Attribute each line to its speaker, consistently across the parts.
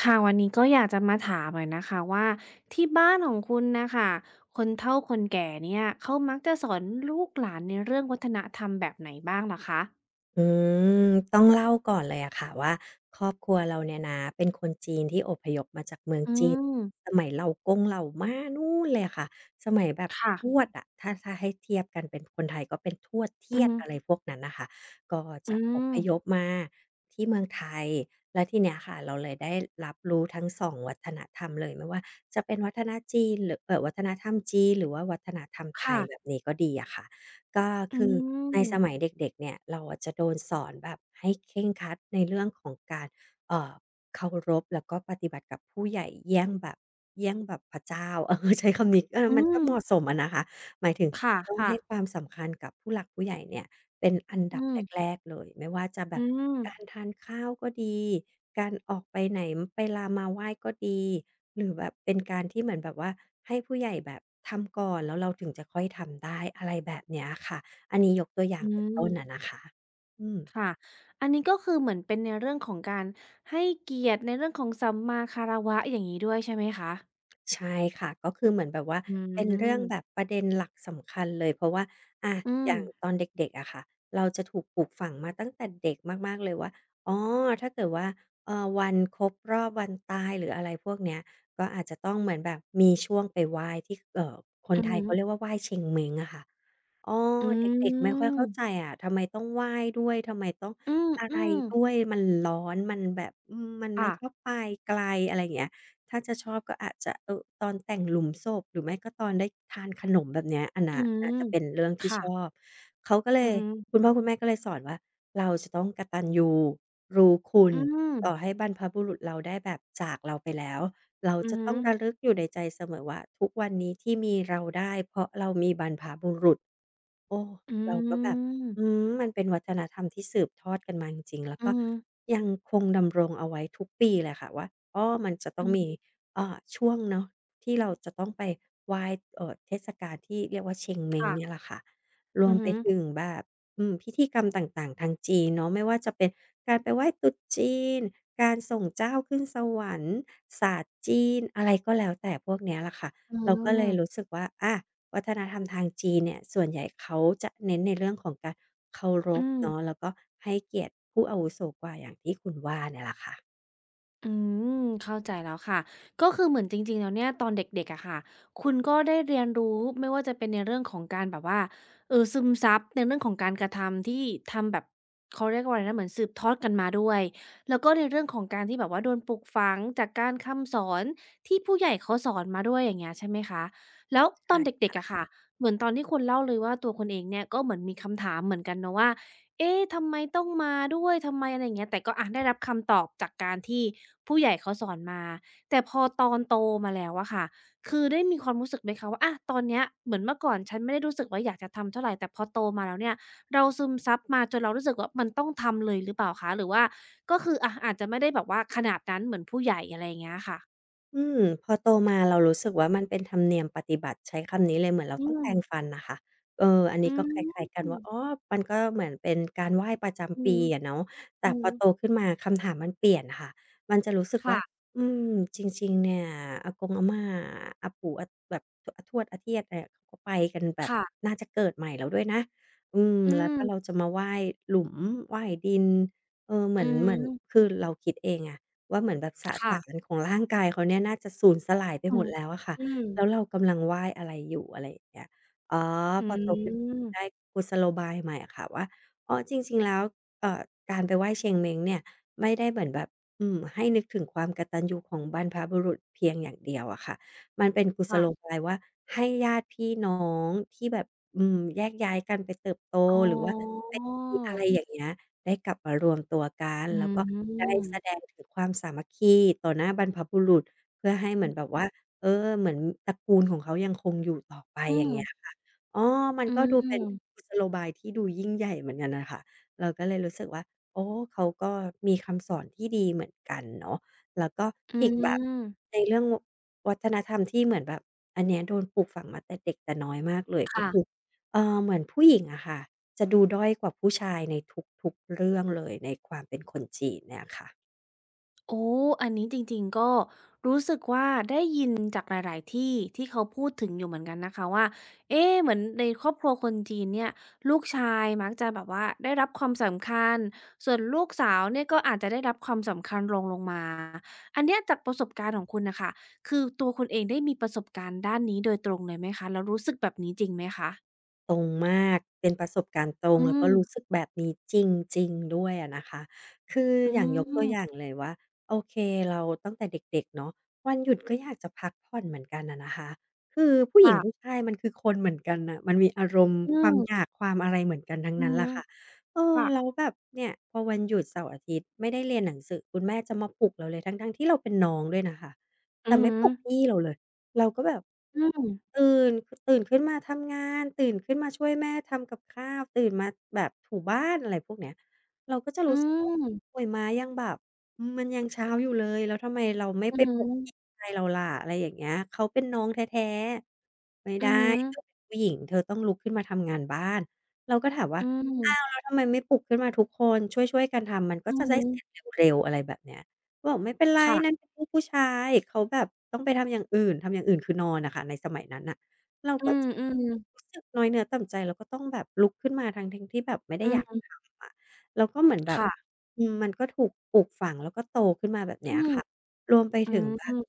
Speaker 1: ค่ะวันนี้ก็อยากจะมาถามหน่อยนะคะว่าที่บ้านของคุณน่ะค่ะคนเฒ่าคนแก่เนี่ยเขามักจะสอนลูกหลานในเรื่องวัฒนธรรมแบบไหนบ้างเหรอคะ
Speaker 2: อืมต้องเล่าก่อนเลยอะค่ะว่าครอบครัวเราเนี่ยนะเป็นคนจีนที่อพยพมาจากเมือง
Speaker 1: อื
Speaker 2: จีน
Speaker 1: ม
Speaker 2: สมัยเหล่ากงเหล่าม้านู่นเลยอะค่ะสมัยแบบ
Speaker 1: ค่ะ
Speaker 2: ทวดอะถ้าให้เทียบกันเป็นคนไทยก็เป็นทวด
Speaker 1: อื
Speaker 2: เทียด
Speaker 1: ม
Speaker 2: อะไรพวกนั้นน่ะค่ะก็
Speaker 1: อื
Speaker 2: จะอ
Speaker 1: ม
Speaker 2: พยพมาที่เมืองไทยแล้วทีเนี้ยค่ะเราเลยได้รับรู้ทั้ง2วัฒนธรรมเลยไม่ว่าจะเป็นวัฒนจีนหรือวัฒนธรรมจีนหรือว่าวัฒนธรรมไท
Speaker 1: ค่ะ
Speaker 2: ยแบบนี้ก็ดีอะค่ะ ก็
Speaker 1: อื
Speaker 2: คือในสมัย
Speaker 1: ม
Speaker 2: เด็กๆเนี่ยเราอะจะโดนสอนแบบให้เคร่งครัดในเรื่องของการเอ่อเคารพแล้วก็ปฏิบัติกับผู้ใหญ่เยี่ยงแบบพระเจ้า เออใช้คำนี้เออ
Speaker 1: อื
Speaker 2: มันก็
Speaker 1: ม
Speaker 2: เหมาะสมอะนะคะหมายถึง
Speaker 1: ค
Speaker 2: ต้อง
Speaker 1: ่ะ
Speaker 2: ให้
Speaker 1: ๆ
Speaker 2: ความสำคัญกับผู้หลักผู้ใหญ่เนี่ย เป็นอันดั
Speaker 1: อื
Speaker 2: บ
Speaker 1: ม
Speaker 2: แรกๆเลยไม่ว่าจะแบ
Speaker 1: อื
Speaker 2: บ
Speaker 1: ม
Speaker 2: การทานข้าวก็ดีการออกไปไหนไปลามาไหว้ก็ดีหรือแบบเป็นการที่เหมือนแบบว่าให้ผู้ใหญ่แบบทำก่อนแล้วเราถึงจะค่อยทำได้อะไรแบบเนี้ยค่ะอันนี้ยกตัวอย่า
Speaker 1: อื
Speaker 2: งเป็น
Speaker 1: ม
Speaker 2: ต้นอะนะคะอืม
Speaker 1: ค่ะอันนี้ก็คือเหมือนเป็นในเรื่องของการให้เกียรติในเรื่องของสัมมาคารวะอย่างงี้ด้วยใช่ไหมคะ
Speaker 2: ใช่ค่ะก็คือเหมือนแบบว่า
Speaker 1: อื
Speaker 2: เป็นเรื่องแบบ
Speaker 1: ม
Speaker 2: ประเด็นหลักสำคัญเลยเพราะว่าอะ
Speaker 1: อื
Speaker 2: อ
Speaker 1: ม
Speaker 2: ย่างตอนเด็กๆอะค่ะเราจะถูกปลูกฝังมาตั้งแต่เด็กมากๆเลยว่าอ๋อถ้าเกิดว่าเอ่อวันครบรอบวันตายหรืออะไรพวกเนี้ยก็อาจจะต้องเหมือนแบบมีช่วงไปไหว้ที่คน
Speaker 1: อือ
Speaker 2: ไทย
Speaker 1: ฮึ
Speaker 2: เขาเรียกว่าไหว้เชงเม้งอะค่ะเออ
Speaker 1: อื
Speaker 2: เด็กๆไม่ค่อยเข้าใจ
Speaker 1: ม
Speaker 2: อะทำไมต้องไหว้ด้วยทำไมต้อง
Speaker 1: อืม
Speaker 2: อะ
Speaker 1: อื
Speaker 2: ไร
Speaker 1: ม
Speaker 2: ด้วยมันร้อนมันแบบมันไม่
Speaker 1: ค่ะ
Speaker 2: ชอบไปไกลอะไรอย่างเงี้ย ถ้าจะชอบก็อาจจะเออตอนแต่งหลุมศพหรือไม่ก็ตอนได้ทานขนมแบบเนี้ยอัน
Speaker 1: อื
Speaker 2: น่ะน่า
Speaker 1: ม
Speaker 2: จะเป็นเรื่องที่ชอ
Speaker 1: ค่ะ
Speaker 2: บเขาก็เล
Speaker 1: อื
Speaker 2: ย
Speaker 1: อฮึ
Speaker 2: คุณพ่อคุณแม่ก็เลยสอนว่าเราจะต้องกตัญญูรู้คุณ
Speaker 1: อืม
Speaker 2: ต่อให้บรรพบุรุษเราได้แบบจากเราไปแล้วเรา
Speaker 1: อือ
Speaker 2: จะ
Speaker 1: ฮึ
Speaker 2: ต้องระลึกอยู่ในใจเสมอว่าทุกวันนี้ที่มีเราได้เพราะเรามีบรรพบุรุษ โอ้
Speaker 1: อื
Speaker 2: เราก็แบบ
Speaker 1: ม
Speaker 2: มันเป็นวัฒนธรรมที่สืบทอดกันมาจริงๆแล้ว
Speaker 1: อื
Speaker 2: ก็
Speaker 1: อฮึ
Speaker 2: ยังคงดำรงเอาไว้ทุกปีแหละค่ะว่าอ้อมันจะต้อ
Speaker 1: อื
Speaker 2: งมี
Speaker 1: ม
Speaker 2: ช่วงเนาะที่เราจะต้องไปไหว้เทศกาลที่เรียกว่าเชงเม้ง
Speaker 1: ค่ะ
Speaker 2: เนี่ยแหละค่ะรว
Speaker 1: อื
Speaker 2: ม
Speaker 1: อ
Speaker 2: ไป
Speaker 1: ฮึ
Speaker 2: ถึงแบบพิธีกรรมต่างๆทางจีนเนาะไม่ว่าจะเป็นการไปไหว้ตรุษจีนการส่งเจ้าขึ้นสวรรค์ศาสตร์จีนอะไรก็แล้วแต่พวกเนี้ยแหละค่ะ
Speaker 1: อื
Speaker 2: เราก็เลยรู้
Speaker 1: ม
Speaker 2: สึกว่าอา วัฒนธรรมทางจีนเนี่ยส่วนใหญ่เขาจะเน้นในเรื่องของการเคาร
Speaker 1: อื
Speaker 2: พเนาะ
Speaker 1: ม
Speaker 2: แล้วก็ให้เกียรติผู้อาวุโสกว่าอย่างที่คุณว่าเนี่ยแหละค่ะ
Speaker 1: อืมเข้าใจแล้วค่ะก็คือเหมือนจริงๆแล้วเนี่ยตอนเด็กๆอะค่ะคุณก็ได้เรียนรู้ไม่ว่าจะเป็นในเรื่องของการแบบว่าซึมซับในเรื่องของการกระทำที่ทำแบบเขาเรียกว่าอะไรนะเหมือนสืบทอดกันมาด้วยแล้วก็ในเรื่องของการที่แบบว่าโดนปลูกฝังจากการคำสอนที่ผู้ใหญ่เขาสอนมาด้วยอย่างเงี้ยใช่ไหมคะแล้ว
Speaker 2: ใช
Speaker 1: ตอนเด็ก
Speaker 2: ่
Speaker 1: ๆอะค่ะเหมือนตอนที่คุณเล่าเลยว่าตัวคุณเองเนี่ยก็เหมือนมีคำถามเหมือนกันเนาะว่า เอ๊ะทำไมต้องมาด้วย ทำไมอะไรอย่างเงี้ยแต่ก็อะได้รับคำตอบจากการที่ผู้ใหญ่เขาสอนมา แต่พอตอนโตมาแล้วอะค่ะคือได้มีความรู้สึกไหมคะว่าอะตอนเนี้ยเหมือนเมื่อก่อนฉันไม่ได้รู้สึกว่าอยากจะทำเท่าไรแต่พอโตมาแล้วเนี่ยเราซึมซับมาจนเรารู้สึกว่ามันต้องทำเลยหรือเปล่าคะ หรือว่าก็คืออะอาจจะไม่ได้แบบว่าขนาดนั้นเหมือนผู้ใหญ่อะไรอย่างเงี้ยค่ะ
Speaker 2: อืมพอโตมาเรารู้สึกว่ามันเป็นธรรมเนียมปฏิบัติใช้คำนี้เลยเหมือนเรา
Speaker 1: อื
Speaker 2: ต้อง
Speaker 1: ม
Speaker 2: แปรงฟันน่ะค่ะเอออัน
Speaker 1: อื
Speaker 2: นี้ก็
Speaker 1: ม
Speaker 2: คล้ายๆกัน
Speaker 1: อื
Speaker 2: ว่าอ๋อมันก็เหมือนเป็นการไหว้ประ
Speaker 1: อ
Speaker 2: จำปีอะเนาะแต่
Speaker 1: อื
Speaker 2: พ
Speaker 1: อ
Speaker 2: อโตขึ้นมาคำถามมันเปลี่ยนค่ะมันจะรู้สึกว่า
Speaker 1: ค่ะ
Speaker 2: อืมจริงๆเนี่ยอากงอาม่าอาปู่อาแบบอาทวดอาเธียดเนี่ยเขาก็ไปกันแบบ
Speaker 1: ค่ะ
Speaker 2: น่าจะเกิดใหม่แล้วด้วยนะ
Speaker 1: อื
Speaker 2: แล้วถ้าเรา
Speaker 1: ม
Speaker 2: จะมาไหว้หลุมไหว้ดินเออเหมื
Speaker 1: อือ
Speaker 2: อนเหมือนคือเราคิดเองอะ ว่าเหมือนแบบสสาร
Speaker 1: ค่ะ
Speaker 2: ของร่างกายเขาเนี่ยน่าจะสูญสลายไป
Speaker 1: อื
Speaker 2: หม
Speaker 1: ม
Speaker 2: ดแล้วอะค่ะ
Speaker 1: อืม
Speaker 2: แล้วเรากำลังไหว้อะไรอยู่อะไรอย่างเงี้ยอ๋อ
Speaker 1: อื
Speaker 2: พอโตขึ้นก็ได้
Speaker 1: ม
Speaker 2: กุศโลบายใหม่อะค่ะว่าอ๋อจริงๆแล้วเอ่อการไปไหว้เชงเม้งเนี่ยไม่ได้เหมือนแบบให้นึกถึงความกตัญญูของบรรพบุรุษเพียงอย่างเดียวอะค่ะมันเป็นกุศ
Speaker 1: ค่ะ
Speaker 2: โลบายว่าให้ญาติพี่น้องที่แบบแยกย้ายกันไปเติบโต
Speaker 1: อ๋
Speaker 2: หรือว่า
Speaker 1: อ
Speaker 2: ไปมีอะไรอย่างเงี้ย ได้กลับมารวมตัวกัน
Speaker 1: อื
Speaker 2: แล้วก็ได้แสด
Speaker 1: ม
Speaker 2: งถึงความสามัคคีต่อหน้าบรรพบุรุษเพื่อให้เหมื
Speaker 1: อื
Speaker 2: อน
Speaker 1: ม
Speaker 2: แบบว่าเออเหมือนตระกูลของเขายังคงอยู่ต่อไป
Speaker 1: อื
Speaker 2: อย่างเงี้ย อ๋อมัน
Speaker 1: ม
Speaker 2: ก็ดูเป็นกุศโลบายที่ดูยิ่งใหญ่เหมือนกันน่ะค่ะเราก็เลยรู้สึกว่าโอ้เขาก็มีคำสอนที่ดีเหมือนกันเนาะแล้วก็
Speaker 1: อื
Speaker 2: อีกแบบใน
Speaker 1: ม
Speaker 2: เรื่องวัฒนธรรมที่เหมือนแบบอันเนี้ยโดนปลูกฝังมาแต่เด็กแต่น้อยมากเลยก็คือ
Speaker 1: ค่ะ
Speaker 2: เหมือนผู้หญิงอะค่ะจะดูด้อยกว่าผู้ชายในทุกๆเรื่องเลยในความเป็นคนจีนเนี่ยค่ะ
Speaker 1: โอ้อันนี้จริงๆก็รู้สึกว่าได้ยินจากหลายๆที่ที่เขาพูดถึงอยู่เหมือนกันนะคะว่าเอ๊ะเหมือนในครอบครัวคนจีนเนี่ยลูกชายมักจะแบบว่าได้รับความสำคัญส่วนลูกสาวเนี่ยก็อาจจะได้รับความสำคัญรองลงมา อันเนี้ยจากประสบการณ์ของคุณน่ะค่ะคือตัวคุณเองได้มีประสบการณ์ด้านนี้โดยตรงเลยไหมคะแล้วรู้สึกแบบนี้จริงไหมคะ
Speaker 2: ตรงมากเป็นประสบการณ์ตรง
Speaker 1: อื
Speaker 2: แล้วก็
Speaker 1: ม
Speaker 2: รู้สึกแบบนี้จริงๆด้วยอะนะคะคือ
Speaker 1: อื
Speaker 2: อย่างยกตัว
Speaker 1: ม
Speaker 2: อย่างเลยว่าโอเคเราตั้งแต่เด็กๆเนาะวันหยุดก็อยากจะพักผ่อนเหมือนกันอะนะคะคือผู้หญิงผู้
Speaker 1: ค่ะ
Speaker 2: ชายมันคือคนเหมือนกันน่ะมันมีอารมณ์
Speaker 1: อื
Speaker 2: ควา
Speaker 1: ม
Speaker 2: มอยากความอะไรเหมือนกันทั้ง
Speaker 1: อื
Speaker 2: นั้
Speaker 1: อ
Speaker 2: นแห
Speaker 1: ฮึ
Speaker 2: ละค่ะเออ
Speaker 1: ค่ะ
Speaker 2: แล้วแบบเนี่ยพอวันหยุดเสาร์อาทิตย์ไม่ได้เรียนหนังสือคุณแม่จะมาปลุกเราเลยทั้งๆที่เราเป็นน้องด้วยนะคะ
Speaker 1: อื
Speaker 2: แต่
Speaker 1: อ
Speaker 2: ไม่
Speaker 1: ฮึ
Speaker 2: ปลุกพี่เราเลย เราก็แบบ
Speaker 1: อืม
Speaker 2: ตื่นตื่นขึ้นมาทำงานตื่นขึ้นมาช่วยแม่ทำกับข้าวตื่นมาแบบถูบ้านอะไรพวกเนี้ยเราก็จะ
Speaker 1: อื
Speaker 2: รู้สึกว่า
Speaker 1: ม
Speaker 2: โอ๊ยม้ายังแบบมันยังเช้าอยู่เลยแล้วทำไมเราไม่
Speaker 1: อื
Speaker 2: ไป
Speaker 1: อฮึ
Speaker 2: ปลุกพี่ชายเราล่ะอะไรอย่างเงี้ยเขาเป็นน้องแท้ๆไม่
Speaker 1: อื
Speaker 2: ได้
Speaker 1: อฮึ
Speaker 2: เธอเป็นผู้หญิงเธอต้องลุกขึ้นมาทำงานบ้านเราก็ถามว่า
Speaker 1: อื
Speaker 2: อ้าวแล้
Speaker 1: ม
Speaker 2: วทำไมไม่ปลุกขึ้นมาทุกคนช่วยๆกันทำมันก็
Speaker 1: อื
Speaker 2: จะ
Speaker 1: อ
Speaker 2: ได้
Speaker 1: ฮึ
Speaker 2: เสร็จเร็วๆอะไรแบบเนี้ย บอกไม่เป็นไรนั่น
Speaker 1: ค่ะ
Speaker 2: เป็นลูกผู้ชายเขาแบบต้องไปทำอย่างอื่นทำอย่างอื่นคือนอนอะค่ะในสมัยนั้นน่ะเรา
Speaker 1: อื
Speaker 2: ก็
Speaker 1: ม
Speaker 2: รู้
Speaker 1: ๆ
Speaker 2: สึกน้อยเนื้อต่ำใจเราก็ต้องแบบลุกขึ้นมาทั้งๆที่แบบไม่ได้
Speaker 1: อื
Speaker 2: อยาก
Speaker 1: ม
Speaker 2: ทำอะแล้วก็เหมือนแบบ
Speaker 1: ค่ะ
Speaker 2: มันก็ถูกปลูกฝังแล้วก็โตขึ้นมาแบบ
Speaker 1: อื
Speaker 2: เนี้ย
Speaker 1: ม
Speaker 2: ค่ะรวมไป
Speaker 1: อื
Speaker 2: ถึงแบบ
Speaker 1: ม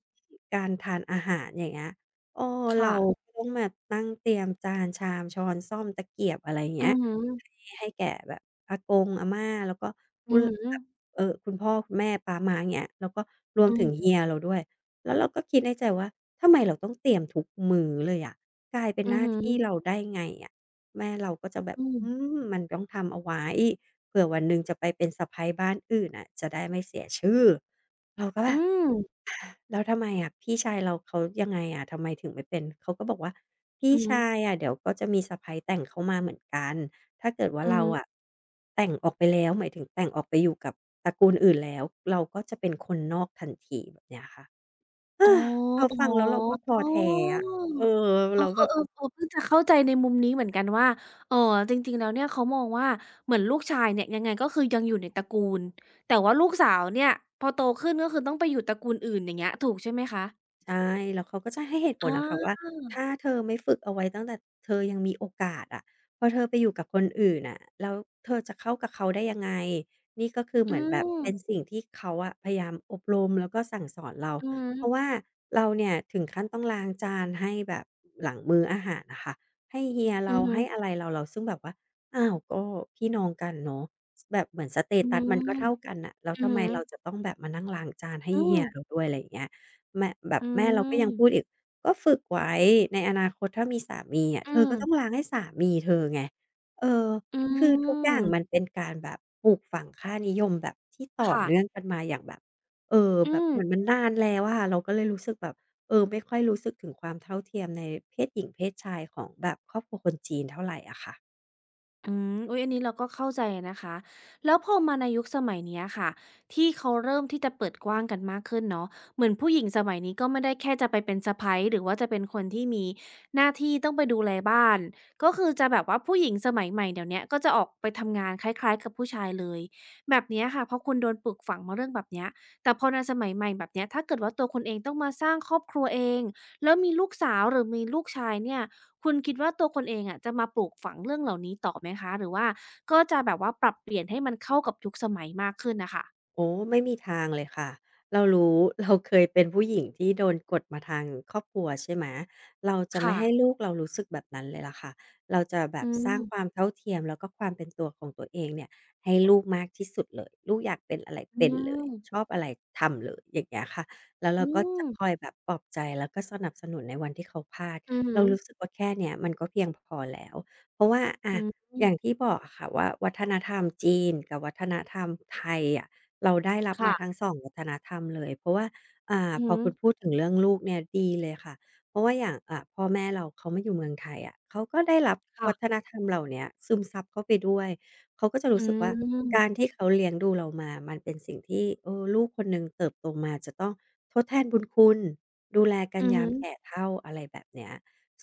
Speaker 2: การทานอาหารอย่างเงี้ยเออ
Speaker 1: ค่ะ
Speaker 2: เราก็ต้องมานั่งเตรียมจานชามช้อนส้อมตะเกียบอะไรอย่าง
Speaker 1: อื
Speaker 2: เงี้ย
Speaker 1: อฮึ
Speaker 2: ใหให้แก่แบบอากงอาม่าแล้วก็
Speaker 1: อื
Speaker 2: ผู้
Speaker 1: อฮึ
Speaker 2: แบบ เออคุณพ่อคุณแม่ป๊าม้าเงี้ยแล้วก็รวม
Speaker 1: อื
Speaker 2: ถึง
Speaker 1: ม
Speaker 2: เฮียเราด้วยแล้วเราก็คิดในใจว่าทำไมเราต้องเตรียมทุกมื้อเลยอะกลายเป็น
Speaker 1: อื
Speaker 2: ห
Speaker 1: อ
Speaker 2: น้า
Speaker 1: ฮึ
Speaker 2: ที่เราได้ไงอะแม่เราก็จะแบบ
Speaker 1: อืม
Speaker 2: มันต้องทำเอาไว้เผื่อวันหนึ่งจะไปเป็นสะใภ้บ้านอื่นอะจะได้ไม่เสียชื่อเราก็แบ
Speaker 1: อื
Speaker 2: บ
Speaker 1: ม
Speaker 2: แล้วทำไมอะพี่ชายเราเขายังไงอะทำไมถึงไม่เป็นเขาก็บอกว่าพี่
Speaker 1: อือฮึ
Speaker 2: ชายอะเดี๋ยวก็จะมีสะใภ้แต่งเข้ามาเหมือนกันถ้าเกิดว่า
Speaker 1: อือ
Speaker 2: เรา
Speaker 1: ฮึ
Speaker 2: อะแต่งออกไปแล้วหมายถึงแต่งออกไปอยู่กับตระกูลอื่นแล้วเราก็จะเป็นคนนอกทันทีแบบเนี้ยค่ะ
Speaker 1: อ๋อ
Speaker 2: เรา
Speaker 1: อ๋อ
Speaker 2: ฟังแล้วเราก็ท้อ
Speaker 1: อ๋
Speaker 2: แท้อะ
Speaker 1: อ
Speaker 2: เออ
Speaker 1: เอ
Speaker 2: แล้
Speaker 1: อๆๆ
Speaker 2: วแบบ
Speaker 1: เออเพิ่งจะเข้าใจในมุมนี้เหมือนกันว่าเอ่อจริงๆแล้วเนี่ยเขามองว่าเหมือนลูกชายเนี่ยยังไงก็คือยังอยู่ในตระกูลแต่ว่าลูกสาวเนี่ยพอโตขึ้นก็คือต้องไปอยู่ตระกูลอื่นอย่างเงี้ยถูกใช่ไหมคะ
Speaker 2: ใช่แล้วเขาก็จะให้เหตุผ
Speaker 1: อ
Speaker 2: ลอะค่ะว่า
Speaker 1: า
Speaker 2: ถ้าเธอไม่ฝึกเอาไว้ตั้งแต่เธอยังมีโอกาสอะพอเธอไปอยู่กับคนอื่นน่ะแล้วเธอจะเข้ากับเขาได้ยังไงนี่ก็คือเห
Speaker 1: อื
Speaker 2: มือนแบบ
Speaker 1: ม
Speaker 2: เป็นสิ่งที่เขาอะพยายามอบรมแล้วก็สั่งสอนเรา
Speaker 1: อือฮ
Speaker 2: เพราะว่า
Speaker 1: ึ
Speaker 2: เราเนี่ยถึงขั้นต้องล้างจานให้แบบหลังมื้ออาหารอะค่ะให้เฮีย
Speaker 1: อื
Speaker 2: เรา
Speaker 1: อฮึ
Speaker 2: ให้อะไรเราซึ่งแบบว่าอ้าวก็พี่น้องกันเนาะแบบเหมือนสเต
Speaker 1: อื
Speaker 2: ตัสมันก็
Speaker 1: ม
Speaker 2: เท่ากันน่ะแล้ว
Speaker 1: อื
Speaker 2: ทำไม
Speaker 1: อ
Speaker 2: เราจะต้องแบบมานั่งล้างจานให้
Speaker 1: อื
Speaker 2: เฮีย
Speaker 1: ม
Speaker 2: เราด้วยอะไรอย่างเงี้ย แม่แบบ
Speaker 1: อื
Speaker 2: แม่เราก็ยังพูด
Speaker 1: ม
Speaker 2: อีกก็ฝึกไว้ในอนาคตถ้ามีสามีอะ
Speaker 1: อื
Speaker 2: เธอ
Speaker 1: ม
Speaker 2: ก็ต้องล้างให้สามีเธอไงเออ
Speaker 1: อื
Speaker 2: คือทุกอย่างมัน
Speaker 1: ม
Speaker 2: เป็นการแบบปลูกฝังค่านิยมแบบที่ต่อ
Speaker 1: ค่ะ
Speaker 2: เนื่องกันมาอย่างแบบเออ
Speaker 1: อื
Speaker 2: แบบ
Speaker 1: ม
Speaker 2: เหมือนมันนานแล้วอะเราก็เลยรู้สึกแบบเออไม่ค่อยรู้สึกถึงความเท่าเทียมในเพศหญิงเพศชายของแบบครอบครัวคนจีนเท่าไรอะค่ะ
Speaker 1: อืมอุ๊ยอันนี้เราก็เข้าใจนะคะ แล้วพอมาในยุคสมัยเนี้ยค่ะ ที่เขาเริ่มที่จะเปิดกว้างกันมากขึ้นเนาะเหมือนผู้หญิงสมัยนี้ก็ไม่ได้แค่จะไปเป็นสะใภ้หรือว่าจะเป็นคนที่มีหน้าที่ต้องไปดูแลบ้าน ก็คือจะแบบว่าผู้หญิงสมัยใหม่เดี๋ยวเนี้ยก็จะออกไปทำงานคล้ายๆกับผู้ชายเลย แบบเนี้ยค่ะ เพราะคุณโดนปลูกฝังมาเรื่องแบบเนี้ยแต่พอในสมัยใหม่แบบเนี้ยถ้าเกิดว่าตัวคุณเองต้องมาสร้างครอบครัวเองแล้วมีลูกสาวหรือมีลูกชายเนี่ย คุณคิดว่าตัวคนเองอะจะมาปลูกฝังเรื่องเหล่านี้ต่อไหมคะหรือว่าก็จะแบบว่าปรับเปลี่ยนให้มันเข้ากับยุคสมัยมากขึ้นน่ะค่ะ
Speaker 2: โอ้ไม่มีทางเลยค่ะเรารู้ เราเคยเป็นผู้หญิงที่โดนกดมาทางครอบครัวใช่ไหมเราจะไม่
Speaker 1: ค่ะ
Speaker 2: ให้ลูกเรารู้สึกแบบนั้นเลยล่ะค่ะเราจะแบ
Speaker 1: อื
Speaker 2: บสร้างความ
Speaker 1: ม
Speaker 2: เท่าเทียมแล้วก็ความเป็นตัวของตัวเองเนี่ยให้ลูกมากที่สุดเลยลูกอยากเป็นอะไร
Speaker 1: อื
Speaker 2: เป็น
Speaker 1: ม
Speaker 2: เลยชอบอะไรทำเลยอย่างเงี้ยค่ะแล้วเรา
Speaker 1: อื
Speaker 2: ก็จะ
Speaker 1: ม
Speaker 2: คอยแบบปลอบใจแล้วก็สนับสนุนในวันที่เขาพลาด
Speaker 1: อือฮึ
Speaker 2: เรารู้สึกว่าแค่เนี้ยมันก็เพียงพอแล้วเพราะว่าอะ
Speaker 1: อื
Speaker 2: อย่าง
Speaker 1: ม
Speaker 2: ที่บอกอะค่ะว่าวัฒนธรรมจีนกับวัฒนธรรมไทยอะ เราได้รับมาทั้ง
Speaker 1: ค่ะ
Speaker 2: สองวัฒนธรรมเลยเพราะว่า
Speaker 1: อือ
Speaker 2: พอ
Speaker 1: ฮึ
Speaker 2: คุณพูดถึงเรื่องลูกเนี่ยดีเลยค่ะเพราะว่าอย่างพ่อแม่เราเขามาอยู่เมืองไทยอะเขาก็ได้รับวัฒ
Speaker 1: ค่ะ
Speaker 2: นธรรมเหล่าเนี้ยซึมซับเข้าไปด้วยเขาก็จะ
Speaker 1: อื
Speaker 2: รู้สึกว่าการ
Speaker 1: ม
Speaker 2: ที่เขาเลี้ยงดูเรามามันเป็นสิ่งที่ลูกคนหนึ่งเติบโตมาจะต้องทดแทนบุญคุณดูแลกัน
Speaker 1: อือ
Speaker 2: ยา
Speaker 1: ฮึ
Speaker 2: มแก่เฒ่าอะไรแบบเนี้ย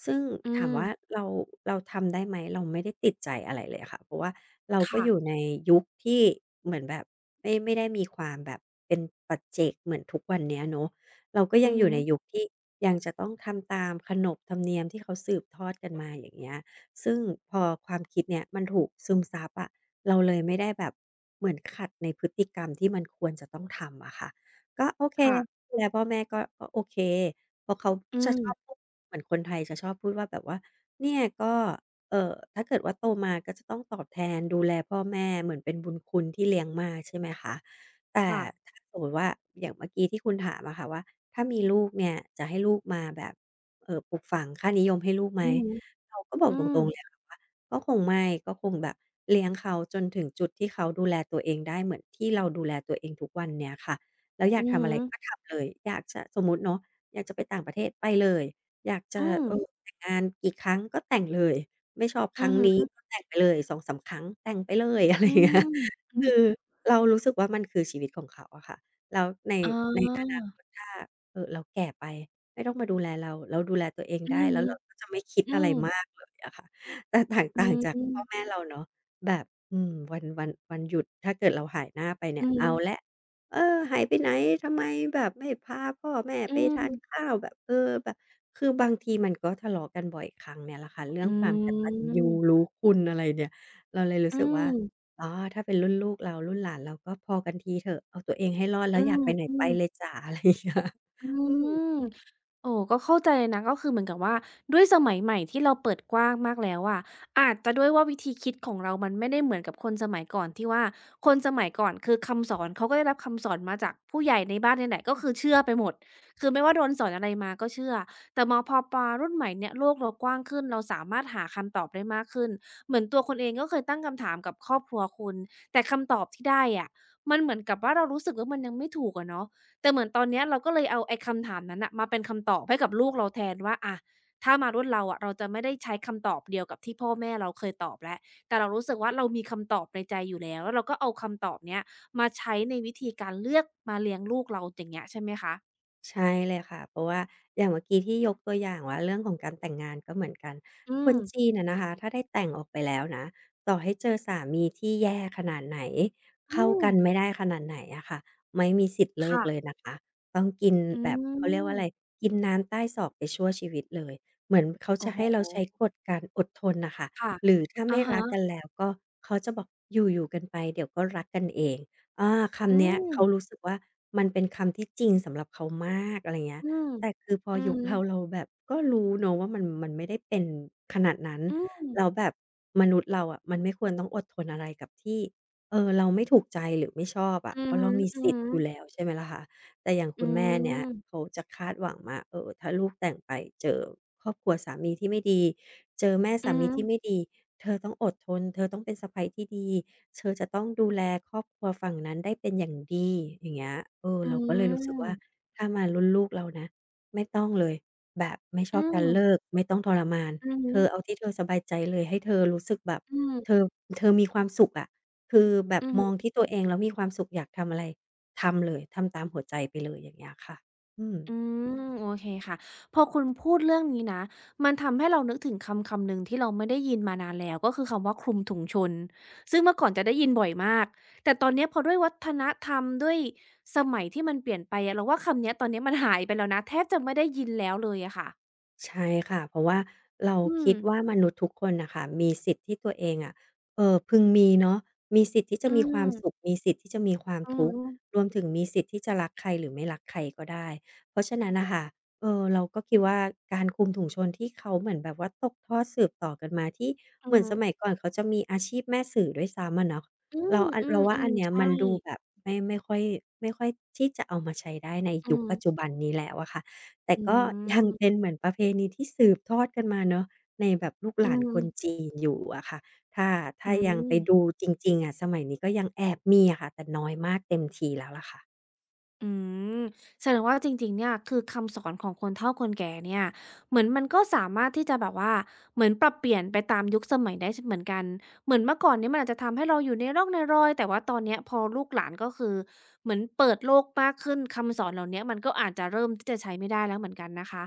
Speaker 2: ซึ่ง
Speaker 1: อื
Speaker 2: ถามว่า
Speaker 1: ม
Speaker 2: เราเราทำได้ไหมเราไม่ได้ติดใจอะไรเลยค่ะเพราะว่าเราก็
Speaker 1: ค่ะ
Speaker 2: อยู่ในยุคที่เหมือนแบบไม่ได้มีความแบบเป็นปัจเจกเหมือนทุกวันเนี้ยเนาะเราก็ยั
Speaker 1: อื
Speaker 2: ง
Speaker 1: อ
Speaker 2: อ
Speaker 1: ฮึ
Speaker 2: ยู่ในยุคที่ยังจะต้องทำตามขนบธรรมเนียมที่เขาสืบทอดกันมาอย่างเงี้ยซึ่งพอความคิดเนี่ยมันถูกซึมซับอะเราเลยไม่ได้แบบเหมือนขัดในพฤติกรรมที่มันควรจะต้องทำอะค่ะก็โอเค
Speaker 1: ค่ะ
Speaker 2: ดูแลพ่อแม่ก็โอเค เพราะเขา
Speaker 1: อื
Speaker 2: จะ
Speaker 1: ม
Speaker 2: ชอบพูดเหมือนคนไทยจะชอบพูดว่าแบบว่าเนี่ยก็ถ้าเกิดว่าโตมาก็จะต้องตอบแทนดูแลพ่อแม่เหมือนเป็นบุญคุณที่เลี้ยงมาใช่ไหมคะแต่
Speaker 1: ค่ะ
Speaker 2: ถ้าสมมติว่าอย่างเมื่อกี้ที่คุณถามอะค่ะว่าถ้ามีลูกเนี่ยจะให้ลูกมาแบบปลูกฝังค่านิยมให้ลูกไหม
Speaker 1: อือฮึ
Speaker 2: เราก็บอก
Speaker 1: อื
Speaker 2: ต
Speaker 1: ม
Speaker 2: รงๆเลยค่ะว่าก็คงไม่ก็คงแบบเลี้ยงเขาจนถึงจุดที่เขาดูแลตัวเองได้เหมือนที่เราดูแลตัวเองทุกวันเนี้ยค่ะแล้วอยา
Speaker 1: อื
Speaker 2: ก
Speaker 1: อ
Speaker 2: ทำ
Speaker 1: ฮึ
Speaker 2: อะไรก็ทำเลยอยากจะสมมุติเนาะ อยากจะไปต่างประเทศไปเลย อยากจะ
Speaker 1: อืม
Speaker 2: แต่งงานกี่ครั้งก็แต่งเลย ไม่ชอบค
Speaker 1: อื
Speaker 2: รั้
Speaker 1: อ
Speaker 2: งนี้
Speaker 1: ฮึ
Speaker 2: ก็แต่งไปเลย2-3ครั้งแต่งไปเลย อะไร
Speaker 1: อื
Speaker 2: อย่างเงี้ย
Speaker 1: มอือ
Speaker 2: คือเรารู้สึกว่ามันคือชีวิตของเขาอะค่ะแล้วใน
Speaker 1: อ๋
Speaker 2: ในอนา
Speaker 1: อ
Speaker 2: คตถ้าเราแก่ไปไม่ต้องมาดูแลเราเราดูแลตัวเอง
Speaker 1: อื
Speaker 2: ได้
Speaker 1: อ
Speaker 2: แล้
Speaker 1: ฮึ
Speaker 2: วเราก็จะไม่คิด
Speaker 1: อื
Speaker 2: อะไร
Speaker 1: ม
Speaker 2: มากเลยอะค่ะ แต่แตก
Speaker 1: อื
Speaker 2: ต่างจากพ่อแม่
Speaker 1: ม
Speaker 2: เราเนาะแบบวันหยุดถ้าเกิดเราหายหน้าไปเนี่
Speaker 1: อื
Speaker 2: ย
Speaker 1: อฮึ
Speaker 2: เอาแล้วเออหายไปไหนทำไมแบบไม่พาพ่อแม่
Speaker 1: อื
Speaker 2: ไปทาน
Speaker 1: ม
Speaker 2: ข้าวแบบแบบคือบางทีมันก็ทะเลาะกันบ่อยครั้งเนี่ยแหละค่ะเรื่อ
Speaker 1: อื
Speaker 2: งความกตัญญู
Speaker 1: ม
Speaker 2: รู้คุณอะไรเนี่ยเราเลยรู้
Speaker 1: อื
Speaker 2: สึกว่า
Speaker 1: ม
Speaker 2: อ๋อถ้าเป็นรุ่นลูกเรารุ่นหลานเราก็พอกันทีเถอะเอาตัวเองให้รอดแล้
Speaker 1: อื
Speaker 2: วอ
Speaker 1: ม
Speaker 2: ยากไปไหน
Speaker 1: อื
Speaker 2: ไป
Speaker 1: ม
Speaker 2: เลยจ๋าอะไรอย่างเงี้ย
Speaker 1: อื
Speaker 2: อื
Speaker 1: ม
Speaker 2: ม
Speaker 1: โอ้ก็เข้าใจเลยนะก็คือเหมือนกับว่าด้วยสมัยใหม่ที่เราเปิดกว้างมากแล้วอะอาจจะด้วยว่าวิธีคิดของเรามันไม่ได้เหมือนกับคนสมัยก่อนที่ว่าคนสมัยก่อนคือคำสอนเขาก็ได้รับคำสอนมาจากผู้ใหญ่ในบ้านเนี่แหละก็คือเชื่อไปหมดคือไม่ว่าโดนสอนอะไรมาก็เชื่อแต่มพอมารุ่นใหม่เนี่ยโลกเรากว้างขึ้นเราสามารถหาคำตอบได้มากขึ้นเหมือนตัวคนเองก็เคยตั้งคำถามกับครอบครัวคุณแต่คำตอบที่ได้อะมันเหมือนกับว่าเรารู้สึกว่ามันยังไม่ถูกอะเนาะ แต่เหมือนตอนเนี้ยเราก็เลยเอาไอ้คำถามนั้นน่ะมาเป็นคำตอบให้กับลูกเราแทนว่าอะถ้ามารุ่นเราอะเราจะไม่ได้ใช้คำตอบเดียวกับที่พ่อแม่เราเคยตอบแล้วแต่เรารู้สึกว่าเรามีคำตอบในใจอยู่แล้วแล้วเราก็เอาคำตอบเนี้ยมาใช้ในวิธีการเลือกมาเลี้ยงลูกเราอย่างเงี้ยใช่ไหมคะ
Speaker 2: ใช่เลยค่ะเพราะว่าอย่างเมื่อกี้ที่ยกตัวอย่างว่าเรื่องของการแต่งงานก็เหมือนกัน
Speaker 1: อื
Speaker 2: ค
Speaker 1: ม
Speaker 2: นจีนอะนะคะถ้าได้แต่งออกไปแล้วนะต่อให้เจอสามีที่แย่ขนาดไหน
Speaker 1: อื
Speaker 2: เข้า
Speaker 1: ม
Speaker 2: กันไม่ได้ขนาดไหนอะค่ะไม่มีสิทธิ์เลิกเลย
Speaker 1: ค่ะ
Speaker 2: นะคะต้องกิน
Speaker 1: อื
Speaker 2: แบบเขาเรียกว่าอะไร
Speaker 1: ม
Speaker 2: กินน้ำใต้ศอกไปชั่วชีวิตเลยเหมือนเขา
Speaker 1: โอ้
Speaker 2: จะ
Speaker 1: โฮ
Speaker 2: ให้เราใช้กฎการอดทนน่ะค่ะ
Speaker 1: ค่ะ
Speaker 2: หรือถ้า
Speaker 1: อะ
Speaker 2: ไม่รักกัน
Speaker 1: ฮะ
Speaker 2: แล้วก็เขาจะบอกอยู่ๆกันไปเดี๋ยวก็รักกันเอง อาคำ
Speaker 1: อื
Speaker 2: เนี้ย
Speaker 1: ม
Speaker 2: เขารู้สึกว่ามันเป็นคำที่จริงสำหรับเขามากอะไรเงี้ย
Speaker 1: อืม
Speaker 2: แต่คือพอ
Speaker 1: อือ
Speaker 2: ยุค
Speaker 1: ฮึ
Speaker 2: เราเราแบบก็รู้เนาะว่ามันไม่ได้เป็นขนาดนั้น
Speaker 1: อืม
Speaker 2: แล้วแบบมนุษย์เราอะมันไม่ควรต้องอดทนอะไรกับที่เราไม่ถูกใจหรือไม่ชอบอะ
Speaker 1: อื
Speaker 2: เพ
Speaker 1: อ
Speaker 2: ราะ
Speaker 1: ฮึ
Speaker 2: เรามีสิทธิ์อยู่แล้ว
Speaker 1: ๆ
Speaker 2: ใช่ไหมล่ะคะแต่อย่าง
Speaker 1: อื
Speaker 2: คุณแม่เนี่ยเขา
Speaker 1: ม
Speaker 2: จะคาดหวังว่าถ้าลูกแต่งไปเจอครอบครัวสามีที่ไม่ดีเจอแม่
Speaker 1: อื
Speaker 2: สามีที่ไม่
Speaker 1: ม
Speaker 2: ดีเธอต้องอดทนเธอต้องเป็นสะใภ้ที่ดี เธอจะต้องดูแลครอบครัวฝั่งนั้นได้เป็นอย่างดีอย่างเงี้ย
Speaker 1: อื
Speaker 2: เราก็เลยรู้สึก
Speaker 1: ม
Speaker 2: ว่าถ้ามารุ่นลูกเรานะไม่ต้องเลยแบบไม่ช
Speaker 1: อื
Speaker 2: อบ
Speaker 1: ม
Speaker 2: การ
Speaker 1: อืม
Speaker 2: เลิกไม่ต้องทรมาน
Speaker 1: อือฮึ
Speaker 2: เธอเอาที่เธอสบายใจเลยให้เธอรู้สึกแบบ
Speaker 1: อืม
Speaker 2: เธอเธอมีความสุขอะคือแบบ
Speaker 1: อือ
Speaker 2: ม
Speaker 1: ฮึ
Speaker 2: องที่ตัวเองแล้วมีความสุขอยากทำอะไรทำเลยทำตามหัวใจไปเลยอย่างเงี้ยค่ะอืม
Speaker 1: อืม โอเคค่ะ พอคุณพูดเรื่องนี้นะ มันทำให้เรานึกถึงคำคำหนึ่งที่เราไม่ได้ยินมานานแล้วก็คือคำว่าคลุมถุงชนซึ่งเมื่อก่อนจะได้ยินบ่อยมาก แต่ตอนเนี้ยพอด้วยวัฒนธรรมด้วยสมัยที่มันเปลี่ยนไปอะเราว่าคำเนี้ยตอนเนี้ยมันหายไปแล้วนะแทบจะไม่ได้ยินแล้วเลยอะค่ะ
Speaker 2: ใช่ค่ะเพราะว่าเรา
Speaker 1: อื
Speaker 2: คิ
Speaker 1: ม
Speaker 2: ดว่ามนุษย์ทุกคนน่ะค่ะมีสิทธิ์ที่ตัวเองอะพึงมีเนาะมีสิทธิ์ที่จะ
Speaker 1: อื
Speaker 2: มีความสุข
Speaker 1: ม
Speaker 2: มีสิทธิ์ที่จะมีความ
Speaker 1: อือ
Speaker 2: ทุกข์
Speaker 1: ฮึ
Speaker 2: รวมถึงมีสิทธิ์ที่จะรักใครหรือไม่รักใครก็ได้เพราะฉะนั้นน่ะค่ะเราก็คิดว่าการคลุมถุงชนที่เขาเหมือนแบบว่าตกทอดสืบต่อกันมาที่
Speaker 1: อื
Speaker 2: เห
Speaker 1: อ
Speaker 2: มือน
Speaker 1: ฮึ
Speaker 2: สมัยก่อนเขาจะมีอาชีพแม่สื่อด้วยซ้ำอะเนาะ
Speaker 1: อื
Speaker 2: เรา
Speaker 1: ม
Speaker 2: อัน
Speaker 1: อื
Speaker 2: เราว่าอั
Speaker 1: อ
Speaker 2: นเนี้
Speaker 1: ๆ
Speaker 2: ย
Speaker 1: ใช่
Speaker 2: มันดูแบบไม่ค่อยไม่ค่อยที่จะเอามาใช้ได้ใน
Speaker 1: อื
Speaker 2: ยุค
Speaker 1: ม
Speaker 2: ปัจจุบันนี้แล้วอะค่ะ แต่
Speaker 1: อื
Speaker 2: ก็ยังเป็น
Speaker 1: ม
Speaker 2: เหมือนประเพณีที่สืบทอดกันมาเนาะในแบบลูกห
Speaker 1: อื
Speaker 2: ลานคน
Speaker 1: ม
Speaker 2: จีนอยู่อะค่ะถ้า
Speaker 1: อื
Speaker 2: ถ้ายังไป
Speaker 1: ม
Speaker 2: ดูจริงๆอะสมัยนี้ก็ยังแอบมีอะค่ะแต่น้อยมากเต็มทีแล้วล่ะค่ะ
Speaker 1: อืมแสดงว่าจริงๆเนี่ยคือคำสอนของคนเฒ่าคนแก่เนี่ยเหมือนมันก็สามารถที่จะแบบว่าเหมือนปรับเปลี่ยนไปตามยุคสมัยได้ชเหมือนกันเหมือนเมื่อก่อนเนี่ยมันอาจจะทำให้เราอยู่ในร่องในรอยแต่ว่าตอนเนี้ยพอลูกหลานก็คือเหมือนเปิดโลกมากขึ้นคำสอนเหล่าเนี้ยมันก็อาจจะเริ่มที่จะใช้ไม่ได้แล้วเหมือนกันนะคะ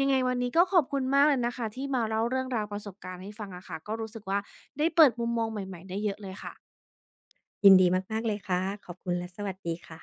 Speaker 1: ยังไงวันนี้ก็ขอบคุณมากเลยนะคะที่มาเล่าเรื่องราวประสบการณ์ให้ฟังอะค่ะก็รู้สึกว่าได้เปิดมุมมองใหม่ๆได้เยอะเลยค่ะ
Speaker 2: ยินดีมากๆเลยค่ะขอบคุณและสวัสดีค่ะ